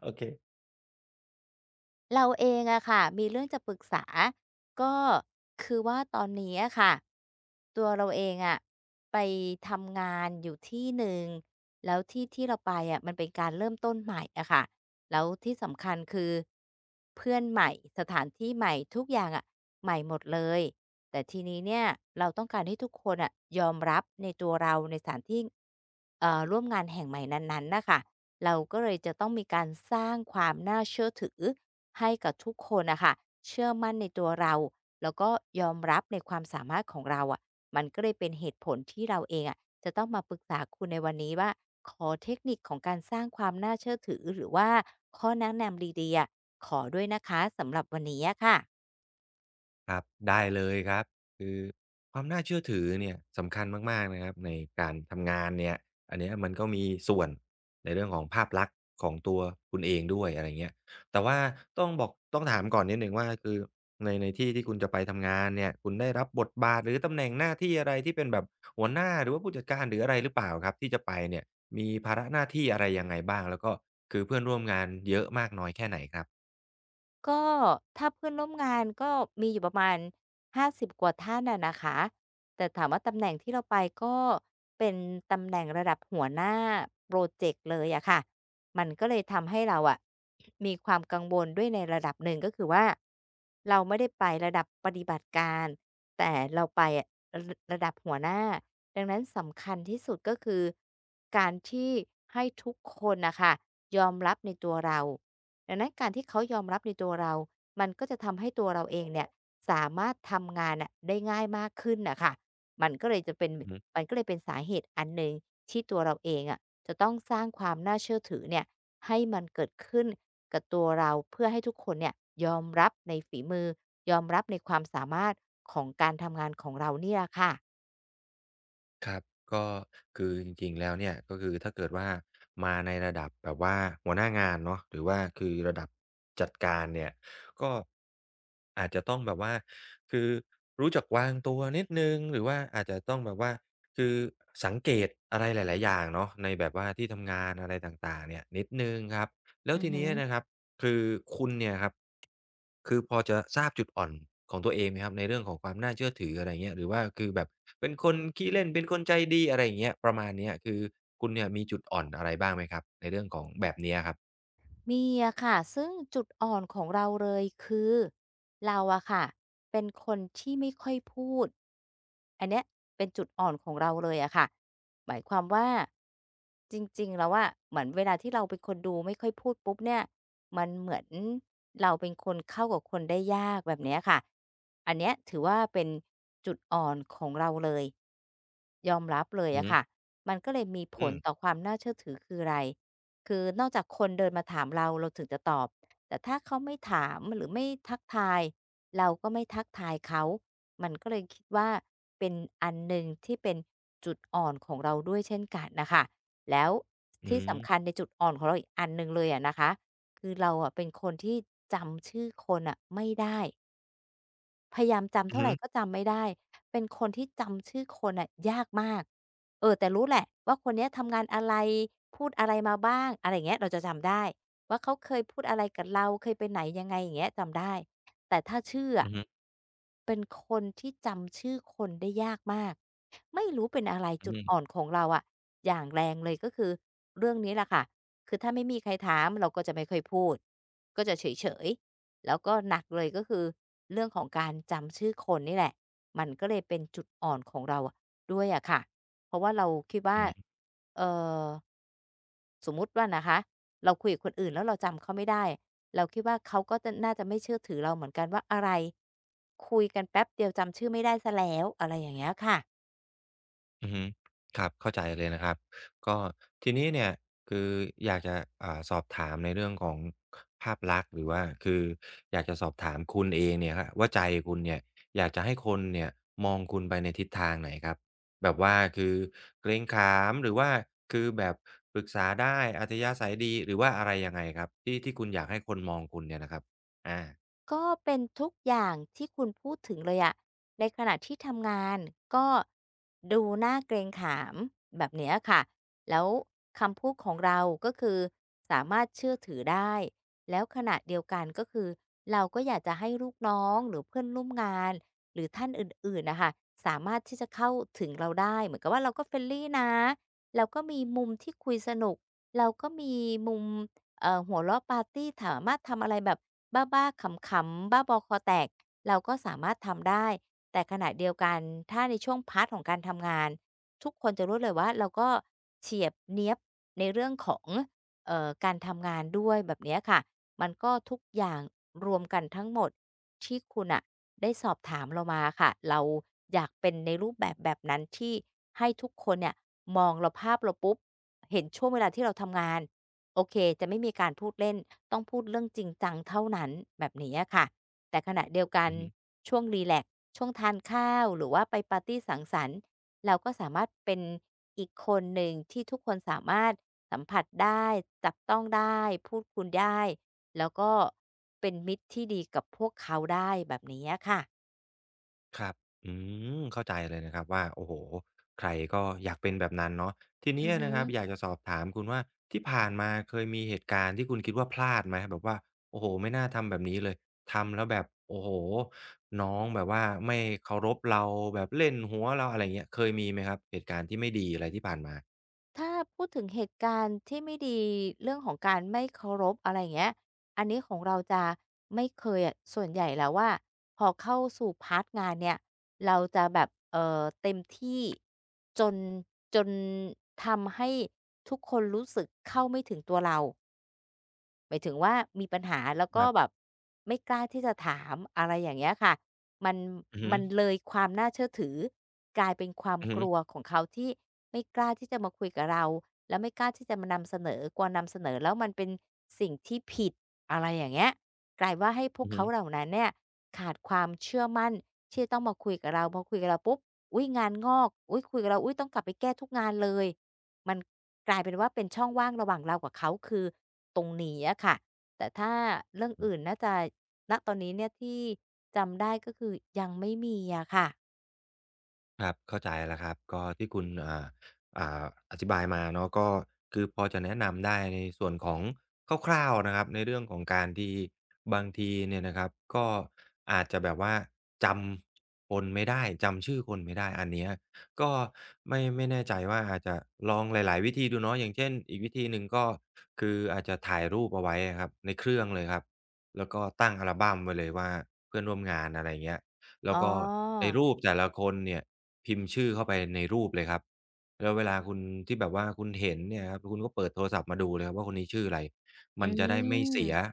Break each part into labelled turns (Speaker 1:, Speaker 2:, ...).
Speaker 1: โอเค
Speaker 2: เราเองอะค่ะมีเรื่องจะปรึกษาก็คือว่าตอนนี้อะค่ะตัวเราเองอะไปทำงานอยู่ที่หนึ่งแล้วที่ที่เราไปอะมันเป็นการเริ่มต้นใหม่อะค่ะแล้วที่สำคัญคือเพื่อนใหม่สถานที่ใหม่ทุกอย่างอะใหม่หมดเลยแต่ทีนี้เนี่ยเราต้องการให้ทุกคนอะยอมรับในตัวเราในสถานที่ร่วมงานแห่งใหม่นั้นๆน่ะค่ะ เราก็เลยจะต้องมีการสร้างความน่าเชื่อถือให้กับทุกคนนะคะเชื่อมั่นในตัวเราแล้วก็ยอมรับในความสามารถของเราอะมันก็เลยเป็นเหตุผลที่เราเองอะจะต้องมาปรึกษาคุณในวันนี้ว่าขอเทคนิคของการสร้างความน่าเชื่อถือหรือว่าข้อแนะนำดีๆอะขอด้วยนะคะสำหรับวันนี้อะค่ะ
Speaker 1: ครับได้เลยครับคือความน่าเชื่อถือเนี่ยสำคัญมากๆนะครับในการทำงานเนี่ยอันเนี้ยมันก็มีส่วนในเรื่องของภาพลักษณ์ของตัวคุณเองด้วยอะไรเงี้ยแต่ว่าต้องบอกต้องถามก่อนนิดหนึ่งว่าคือในที่ที่คุณจะไปทำงานเนี่ยคุณได้รับบทบาทหรือตำแหน่งหน้าที่อะไรที่เป็นแบบหัวหน้าหรือว่าผู้จัดการหรืออะไรหรือเปล่าครับที่จะไปเนี่ยมีภาระหน้าที่อะไรยังไงบ้างแล้วก็คือเพื่อนร่วมงานเยอะมากน้อยแค่ไหนครับ
Speaker 2: ก็ถ้าเพื่อนร่วมงานก็มีอยู่ประมาณ50กว่าท่านอะนะคะแต่ถามว่าตำแหน่งที่เราไปก็เป็นตำแหน่งระดับหัวหน้าพรอเจกต์เลยอะค่ะมันก็เลยทำให้เราอะ มีความกังวลด้วยในระดับหนึ่งก็คือว่าเราไม่ได้ไประดับปฏิบัติการแต่เราไประดับหัวหน้าดังนั้นสำคัญที่สุดก็คือการที่ให้ทุกคนนะคะยอมรับในตัวเรา ดังนั้นการที่เขายอมรับในตัวเรามันก็จะทำให้ตัวเราเองเนี่ยสามารถทำงานน่ะได้ง่ายมากขึ้นน่ะค่ะมันก็เลยจะเป็นมันก็เลยเป็นสาเหตุอันหนึ่งที่ตัวเราเองอะจะต้องสร้างความน่าเชื่อถือเนี่ยให้มันเกิดขึ้นกับตัวเราเพื่อให้ทุกคนเนี่ยยอมรับในฝีมือยอมรับในความสามารถของการทำงานของเรานี่ล่ะค่ะ
Speaker 1: ครับก็คือจริงๆแล้วเนี่ยก็คือถ้าเกิดว่ามาในระดับแบบว่าหัวหน้างานเนาะหรือว่าคือระดับจัดการเนี่ยก็อาจจะต้องแบบว่าคือรู้จักวางตัวนิดหนึ่งหรือว่าอาจจะต้องแบบว่าคือสังเกตอะไรหลายๆอย่างเนาะในแบบว่าที่ทำงานอะไรต่างๆเนี่ยนิดหนึ่งครับแล้ว
Speaker 2: อือ
Speaker 1: ที
Speaker 2: ฮึ
Speaker 1: นี้นะครับ คือคุณเนี่ยครับคือพอจะทราบจุดอ่อนของตัวเองไหมครับในเรื่องของความน่าเชื่อถืออะไรเงี้ยหรือว่าคือแบบเป็นคนขี้เล่นเป็นคนใจดีอะไรอย่างเงี้ยประมาณเนี้ยคือคุณเนี่ยมีจุดอ่อนอะไรบ้างไหมครับในเรื่องของแบบเนี้ยครับ
Speaker 2: มีอะค่ะซึ่งจุดอ่อนของเราเลยคือเราอะค่ะเป็นคนที่ไม่ค่อยพูดอันเนี้ยเป็นจุดอ่อนของเราเลยอะค่ะหมายความว่าจริงๆแล้วอะเหมือนเวลาที่เราเป็นคนดูไม่ค่อยพูดปุ๊บเนี่ยมันเหมือนเราเป็นคนเข้ากับคนได้ยากแบบเนี้ยค่ะอันเนี้ยถือว่าเป็นจุดอ่อนของเราเลยยอมรับเลย
Speaker 1: อือ
Speaker 2: อะ
Speaker 1: ฮึ
Speaker 2: ค่ะมันก็เลยมีผ
Speaker 1: อื
Speaker 2: ล
Speaker 1: ม
Speaker 2: ต่อความน่าเชื่อถือคืออะไร คือนอกจากคนเดินมาถามเราเราถึงจะตอบแต่ถ้าเขาไม่ถามหรือไม่ทักทายเราก็ไม่ทักทายเขา มันก็เลยคิดว่าเป็นอันหนึ่งที่เป็นจุดอ่อนของเราด้วยเช่นกันน่ะค่ะแล้ว
Speaker 1: อื
Speaker 2: ที่
Speaker 1: ม
Speaker 2: สำคัญในจุดอ่อนของเราอีกอันหนึ่งเลยอะนะคะคือเราอะเป็นคนที่จำชื่อคนน่ะไม่ได้ พยายามจำ
Speaker 1: อือ
Speaker 2: เท่า
Speaker 1: ฮึ
Speaker 2: ไรก็จำไม่ได้ เป็นคนที่จำชื่อคนน่ะยากมาก เออแต่รู้แหละว่าคนเนี้ยทำงานอะไร พูดอะไรมาบ้างอะไรอย่างเงี้ยเราจะจำได้ว่าเขาเคยพูดอะไรกับเราเคยไปไหนยังไงอย่างเงี้ยจำได้แต่ถ้าชื่อ
Speaker 1: อื
Speaker 2: อะ
Speaker 1: อฮึ
Speaker 2: เป็นคนที่จำชื่อคนได้ยากมากไม่รู้เป็นอะไร
Speaker 1: อื
Speaker 2: จุดอ่อ
Speaker 1: ม
Speaker 2: นของเราอะอย่างแรงเลยก็คือเรื่องนี้แหละค่ะคือถ้าไม่มีใครถามเราก็จะไม่ค่อยพูดก็จะเฉยๆ แล้วก็หนักเลยก็คือเรื่องของการจำชื่อคนนี่แหละมันก็เลยเป็นจุดอ่อนของเราด้วยอะค่ะเพราะว่าเราคิดว่า
Speaker 1: อืม
Speaker 2: เออสมมุติว่านะคะเราคุยกับคนอื่นแล้วเราจำเขาไม่ได้เราคิดว่าเขาก็จะน่าจะไม่เชื่อถือเราเหมือนกันว่าอะไรคุยกันแป๊บเดียวจำชื่อไม่ได้ซะแล้วอะไรอย่างเงี้ยค่ะ
Speaker 1: อือฮึครับเข้าใจเลยนะครับก็ทีนี้เนี่ยคืออยากจะสอบถามในเรื่องของภาพลักษณ์หรือว่าคืออยากจะสอบถามคุณเองเนี่ยครับว่าใจคุณเนี่ยอยากจะให้คนเนี่ยมองคุณไปในทิศทางไหนครับแบบว่าคือเกรงขามหรือว่าคือแบบปรึกษาได้อัธยาศัยดีหรือว่าอะไรยังไงครับที่ที่คุณอยากให้คนมองคุณเนี่ยนะครับอา
Speaker 2: ก็เป็นทุกอย่างที่คุณพูดถึงเลยอะในขณะที่ทำงานก็ดูน่าเกรงขามแบบเนี้ยค่ะแล้วคำพูดของเราก็คือสามารถเชื่อถือได้แล้วขณะเดียวกันก็คือเราก็อยากจะให้ลูกน้องหรือเพื่อนร่วมงานหรือท่านอื่นๆน่ะค่ะสามารถที่จะเข้าถึงเราได้เหมือนกับว่าเราก็ friendly นะเราก็มีมุมที่คุยสนุกเราก็มีมุม หัวเราะปาร์ตีสามารถทำอะไรแบบบ้าๆขำๆบ้าบอคอแตกเราก็สามารถทำได้แต่ขณะเดียวกันถ้าในช่วงพาร์ตของการทำงานทุกคนจะรู้เลยว่าเราก็เฉียบเนี๊ยบในเรื่องของการทำงานด้วยแบบเนี้ยค่ะมันก็ทุกอย่างรวมกันทั้งหมดที่คุณน่ะได้สอบถามเรามาค่ะเราอยากเป็นในรูปแบบแบบนั้นที่ให้ทุกคนเนี่ยมองเราภาพเราปุ๊บเห็นช่วงเวลาที่เราทำงาน โอเคจะไม่มีการพูดเล่นต้องพูดเรื่องจริงจังเท่านั้นแบบนี้อะค่ะแต่ขณะเดียวกัน
Speaker 1: อือฮึ
Speaker 2: ช่วงรีแลกซ์ช่วงทานข้าวหรือว่าไปปาร์ตีสังสรรค์เราก็สามารถเป็นอีกคนหนึ่งที่ทุกคนสามารถสัมผัสได้จับต้องได้พูดคุณได้แล้วก็เป็นมิตรที่ดีกับพวกเขาได้แบบนี้อะค่ะ
Speaker 1: ครับอืมเข้าใจเลยนะครับว่าโอ้โฮใครก็อยากเป็นแบบนั้นเนาะทีนี้
Speaker 2: อือ
Speaker 1: อะ
Speaker 2: ฮึ
Speaker 1: นะครับอยากจะสอบถามคุณว่าที่ผ่านมาเคยมีเหตุการณ์ที่คุณคิดว่าพลาดไหม แบบว่าโอ้โฮไม่น่าทำแบบนี้เลยทำแล้วแบบโอ้โฮน้องแบบว่าไม่เคารพเราแบบเล่นหัวเราอะไรอย่างเงี้ยเคยมีไหมครับเหตุการณ์ที่ไม่ดีอะไรที่ผ่านมา
Speaker 2: ถ้าพูดถึงเหตุการณ์ที่ไม่ดีเรื่องของการไม่เคารพอะไรอย่างเงี้ยอันนี้ของเราจะไม่เคยอะส่วนใหญ่แล้วอะพอเข้าสู่พาร์ตงานเนี่ยเราจะแบบเต็มที่จนจนทำให้ทุกคนรู้สึกเข้าไม่ถึงตัวเรา หมายถึงว่ามีปัญหาแล้ว
Speaker 1: ค
Speaker 2: ก็
Speaker 1: รั
Speaker 2: แบ
Speaker 1: บ
Speaker 2: บไม่กล้าที่จะถามอะไรอย่างเงี้ยค่ะมัน
Speaker 1: อือฮ
Speaker 2: มันเลยความน่าเชื่อถือกลายเป็นความ
Speaker 1: ึ
Speaker 2: กลัว
Speaker 1: ๆ
Speaker 2: ของเขาที่ไม่กล้าที่จะมาคุยกับเราแล้วไม่กล้าที่จะมานำเสนอกลัวนำเสนอแล้วมันเป็นสิ่งที่ผิดอะไรอย่างเงี้ยกลายว่าให้พวกเขา
Speaker 1: ๆ
Speaker 2: เหล่านั้นเนี่ยขาดความเชื่อมั่นที่จะต้องมาคุยกับเราพอคุยกับเราปุ๊บอุ้ยงานงอกอุ้ยคุยกับเราอุ๊ยต้องกลับไปแก้ทุกงานเลยมัน กลายเป็นว่าเป็นช่องว่างระหว่างเรากับเขาคือตรงนี้อะค่ะแต่ถ้าเรื่องอื่นน่าจะณตอนนี้เนี่ยที่จำได้ก็คือยังไม่มีอะค่ะ
Speaker 1: ครับเข้าใจแล้วครับก็ที่คุณอ่าอธิบายมาเนาะก็คือพอจะแนะนำได้ในส่วนของคร่าวๆนะครับในเรื่องของการที่บางทีเนี่ยนะครับก็อาจจะแบบว่าจำคนไม่ได้จำชื่อคนไม่ได้อันเนี้ยก็ไม่แน่ใจว่าอาจจะลองหลายๆวิธีดูเนาะอย่างเช่นอีกวิธีหนึ่งก็คืออาจจะถ่ายรูปเอาไว้อะครับในเครื่องเลยครับแล้วก็ตั้งอัลบัมไว้เลยว่าเพื่อนร่วมงานอะไรอย่างเงี้ย แล้
Speaker 2: อ๋
Speaker 1: วก็ใน
Speaker 2: อ
Speaker 1: รูปแต่ละคนเนี่ยพิมพ์ชื่อเข้าไปในรูปเลยครับแล้วเวลาคุณที่แบบว่าคุณเห็นเนี่ยครับคุณก็เปิดโทรศัพท์มาดูเลยครับว่าคนนี้ชื่ออะไร
Speaker 2: อื
Speaker 1: มันจะได้ไม่เสีย
Speaker 2: ม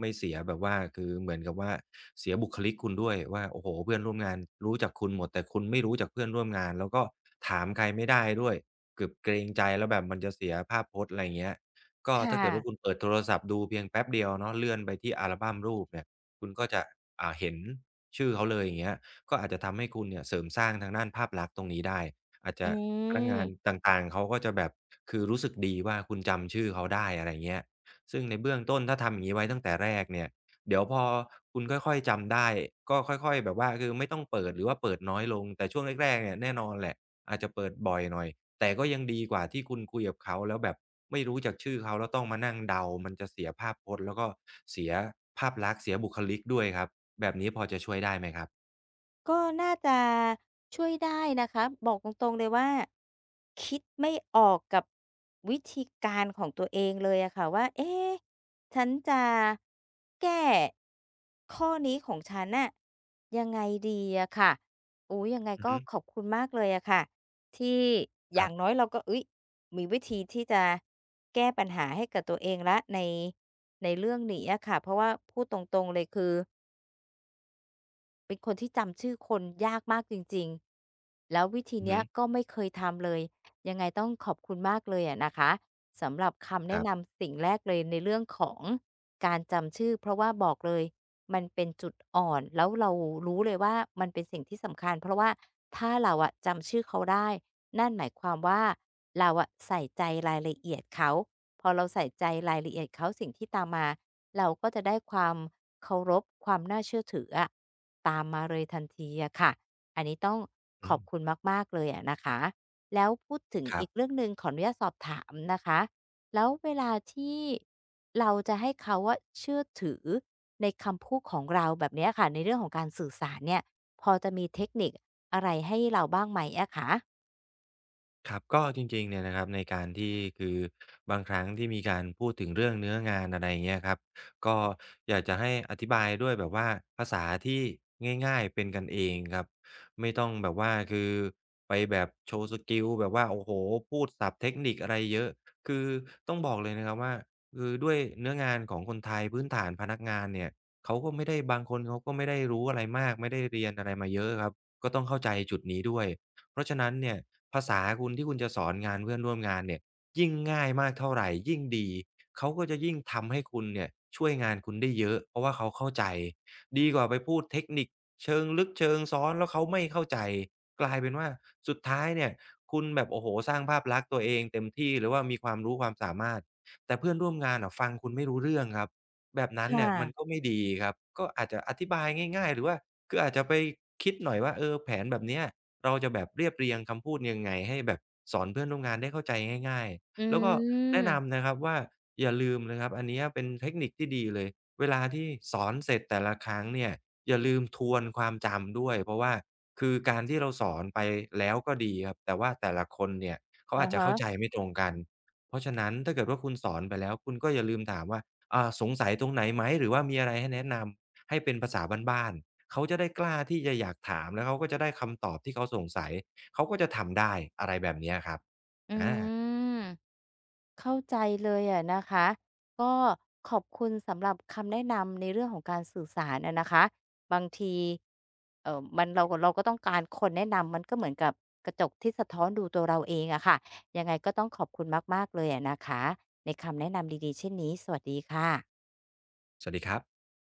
Speaker 1: ไม่เสียแบบว่าคือเหมือนกับว่าเสียบุคลิกคุณด้วยว่าโอ้โฮเพื่อนร่วมงานรู้จักคุณหมดแต่คุณไม่รู้จักเพื่อนร่วมงานแล้วก็ถามใครไม่ได้ด้วยเกือบเกรงใจแล้วแบบมันจะเสียภาพพจน์อะไรอย่างเงี้ยก็ถ้า
Speaker 2: ค่ะ
Speaker 1: เกิดว่าคุณเปิดโทรศัพท์ดูเพียงแป๊บเดียวเนาะเลื่อนไปที่อัลบัมรูปเนี่ยคุณก็จะเห็น ชื่อเขาเลยอย่างเงี้ยก็อาจจะทำให้คุณเนี่ยเสริมสร้างทางด้านภาพลักษณ์ตรงนี้ได้อาจ
Speaker 2: อื
Speaker 1: จะพนัก
Speaker 2: ม
Speaker 1: งานต่างๆเขาก็จะแบบคือรู้สึกดีว่าคุณจำชื่อเขาได้อะไรเงี้ยซึ่งในเบื้องต้นถ้าทำอย่างงี้ไว้ตั้งแต่แรกเนี่ยเดี๋ยวพอคุณค่อยๆจำได้ก็ค่อยๆแบบว่าคือไม่ต้องเปิดหรือว่าเปิดน้อยลงแต่ช่วงแรกๆเนี่ยแน่นอนแหละอาจจะเปิดบ่อยหน่อย แต่ก็ยังดีกว่าที่คุณคุยกับเขาแล้วแบบไม่รู้จักชื่อเขาแล้วต้องมานั่งเดามันจะเสียภาพพจน์แล้วก็เสียภาพลักษณ์เสียบุคลิกด้วยครับ แบบนี้พอจะช่วยได้ไหมครับ
Speaker 2: ก็น่าจะช่วยได้นะคะบอกตรงๆเลยว่าคิดไม่ออกกับวิธีการของตัวเองเลยอะค่ะว่าเอ๊ะฉันจะแก้ข้อนี้ของฉันน่ะยังไงดีอะค่ะอุ๊ยยังไง
Speaker 1: อือ
Speaker 2: ก็
Speaker 1: ฮึ
Speaker 2: ขอบคุณมากเลยอะค่ะที่อ
Speaker 1: ครั
Speaker 2: ย่า
Speaker 1: บ
Speaker 2: งน้อยเราก็อุ๊ยมีวิธีที่จะแก้ปัญหาให้กับตัวเองแล้วในเรื่องนี้อะค่ะเพราะว่าพูดตรงๆเลยคือ เป็นคนที่จำชื่อคนยากมากจริงๆแล้ววิธี
Speaker 1: อือ
Speaker 2: เนี้
Speaker 1: ฮึ
Speaker 2: ยก็ไม่เคยทำเลยยังไงต้องขอบคุณมากเลยอะนะคะสำหรับคำ
Speaker 1: ค
Speaker 2: แนะ
Speaker 1: รับ
Speaker 2: นำสิ่งแรกเลยในเรื่องของการจำชื่อเพราะว่าบอกเลยมันเป็นจุดอ่อนแล้วเรารู้เลยว่ามันเป็นสิ่งที่สำคัญเพราะว่าถ้าเราอะจำชื่อเขาได้นั่นหมายความว่าเราอะใส่ใจรายละเอียดเขาพอเราใส่ใจรายละเอียดเขาสิ่งที่ตามมา เราก็จะได้ความเคารพความน่าเชื่อถืออะตามมาเลยทันทีอะค่ะอันนี้ต้องข
Speaker 1: อื
Speaker 2: อ
Speaker 1: ม
Speaker 2: บคุณมากๆเลยอะนะคะแล้วพูดถึง
Speaker 1: ครั
Speaker 2: อีกเรื่
Speaker 1: บ
Speaker 2: องหนึ่งขออนุญาตสอบถามนะคะแล้วเวลาที่เราจะให้เขาอะเชื่อถือในคำพูดของเราแบบเนี้ยค่ะในเรื่องของการสื่อสารเนี่ยพอจะมีเทคนิคอะไรให้เราบ้างไหมอะคะ
Speaker 1: ครับก็จริงๆเนี่ยนะครับในการที่คือบางครั้งที่มีการพูดถึงเรื่องเนื้องานอะไรอย่างเงี้ยครับก็อยากจะให้อธิบายด้วยแบบว่าภาษาที่ง่ายๆเป็นกันเองครับไม่ต้องแบบว่าไปแบบโชว์สกิลแบบว่าโอ้โฮพูดศัพท์เทคนิคอะไรเยอะคือต้องบอกเลยนะครับว่าคือด้วยเนื้องานของคนไทยพื้นฐานพนักงานเนี่ยเขาก็ไม่ได้บางคนเขาก็ไม่ได้รู้อะไรมากไม่ได้เรียนอะไรมาเยอะครับก็ต้องเข้าใจจุดนี้ด้วย เพราะฉะนั้นเนี่ยภาษาคุณที่คุณจะสอนงานเพื่อนร่วมงานเนี่ยยิ่งง่ายมากเท่าไรยิ่งดีเขาก็จะยิ่งทำให้คุณเนี่ยช่วยงานคุณได้เยอะเพราะว่าเขาเข้าใจดีกว่าไปพูดเทคนิคเชิงลึกเชิงซ้อนแล้วเขาไม่เข้าใจกลายเป็นว่าสุดท้ายเนี่ยคุณแบบโอ้โฮสร้างภาพลักษณ์ตัวเองเต็มที่หรือว่ามีความรู้ความสามารถแต่เพื่อนร่วมงานอะฟังคุณไม่รู้เรื่องครับแบบนั้นเนี่
Speaker 2: ค่ะ
Speaker 1: ยมันก็ไม่ดีครับก็อาจจะอธิบายง่ายๆหรือว่าอาจจะไปคิดหน่อยว่าเออแผนแบบเนี้ย เราจะแบบเรียบเรียงคำพูดยังไงให้แบบสอนเพื่อนร่วมงานได้เข้าใจง่าย
Speaker 2: อ
Speaker 1: ๆแล้วก็แนะ
Speaker 2: ืม
Speaker 1: นำนะครับว่าอย่าลืมนะครับอันเนี้ยเป็นเทคนิคที่ดีเลยเวลาที่สอนเสร็จแต่ละครั้งเนี่ยอย่าลืมทวนความจำด้วยเพราะว่าคือการที่เราสอนไปแล้วก็ดีครับแต่ว่าแต่ละคนเนี่ยเขา
Speaker 2: อะ
Speaker 1: อาจจะ
Speaker 2: ฮะ
Speaker 1: เข้าใจไม่ตรงกันเพราะฉะนั้นถ้าเกิดว่าคุณสอนไปแล้วคุณก็อย่าลืมถามว่าสงสัยตรงไหนไหมหรือว่ามีอะไรให้แนะนำให้เป็นภาษาบ้านๆ เขาจะได้กล้าที่จะอยากถามแล้วเขาก็จะได้คำตอบที่เขาสงสัยเขาก็จะทำได้อะไรแบบเนี้ยครับ
Speaker 2: อื
Speaker 1: อา
Speaker 2: ม เข้าใจเลยอะนะคะก็ขอบคุณสำหรับคำแนะนำในเรื่องของการสื่อสารอะนะคะบางทีมันเราก็ต้องการคนแนะนำมันก็เหมือนกับกระจกที่สะท้อนดูตัวเราเองอะค่ะยังไงก็ต้องขอบคุณมากๆเลยอะนะคะในคำแนะนำดีๆเช่นนี้สวัสดีค่ะ
Speaker 1: สวัสดีครับ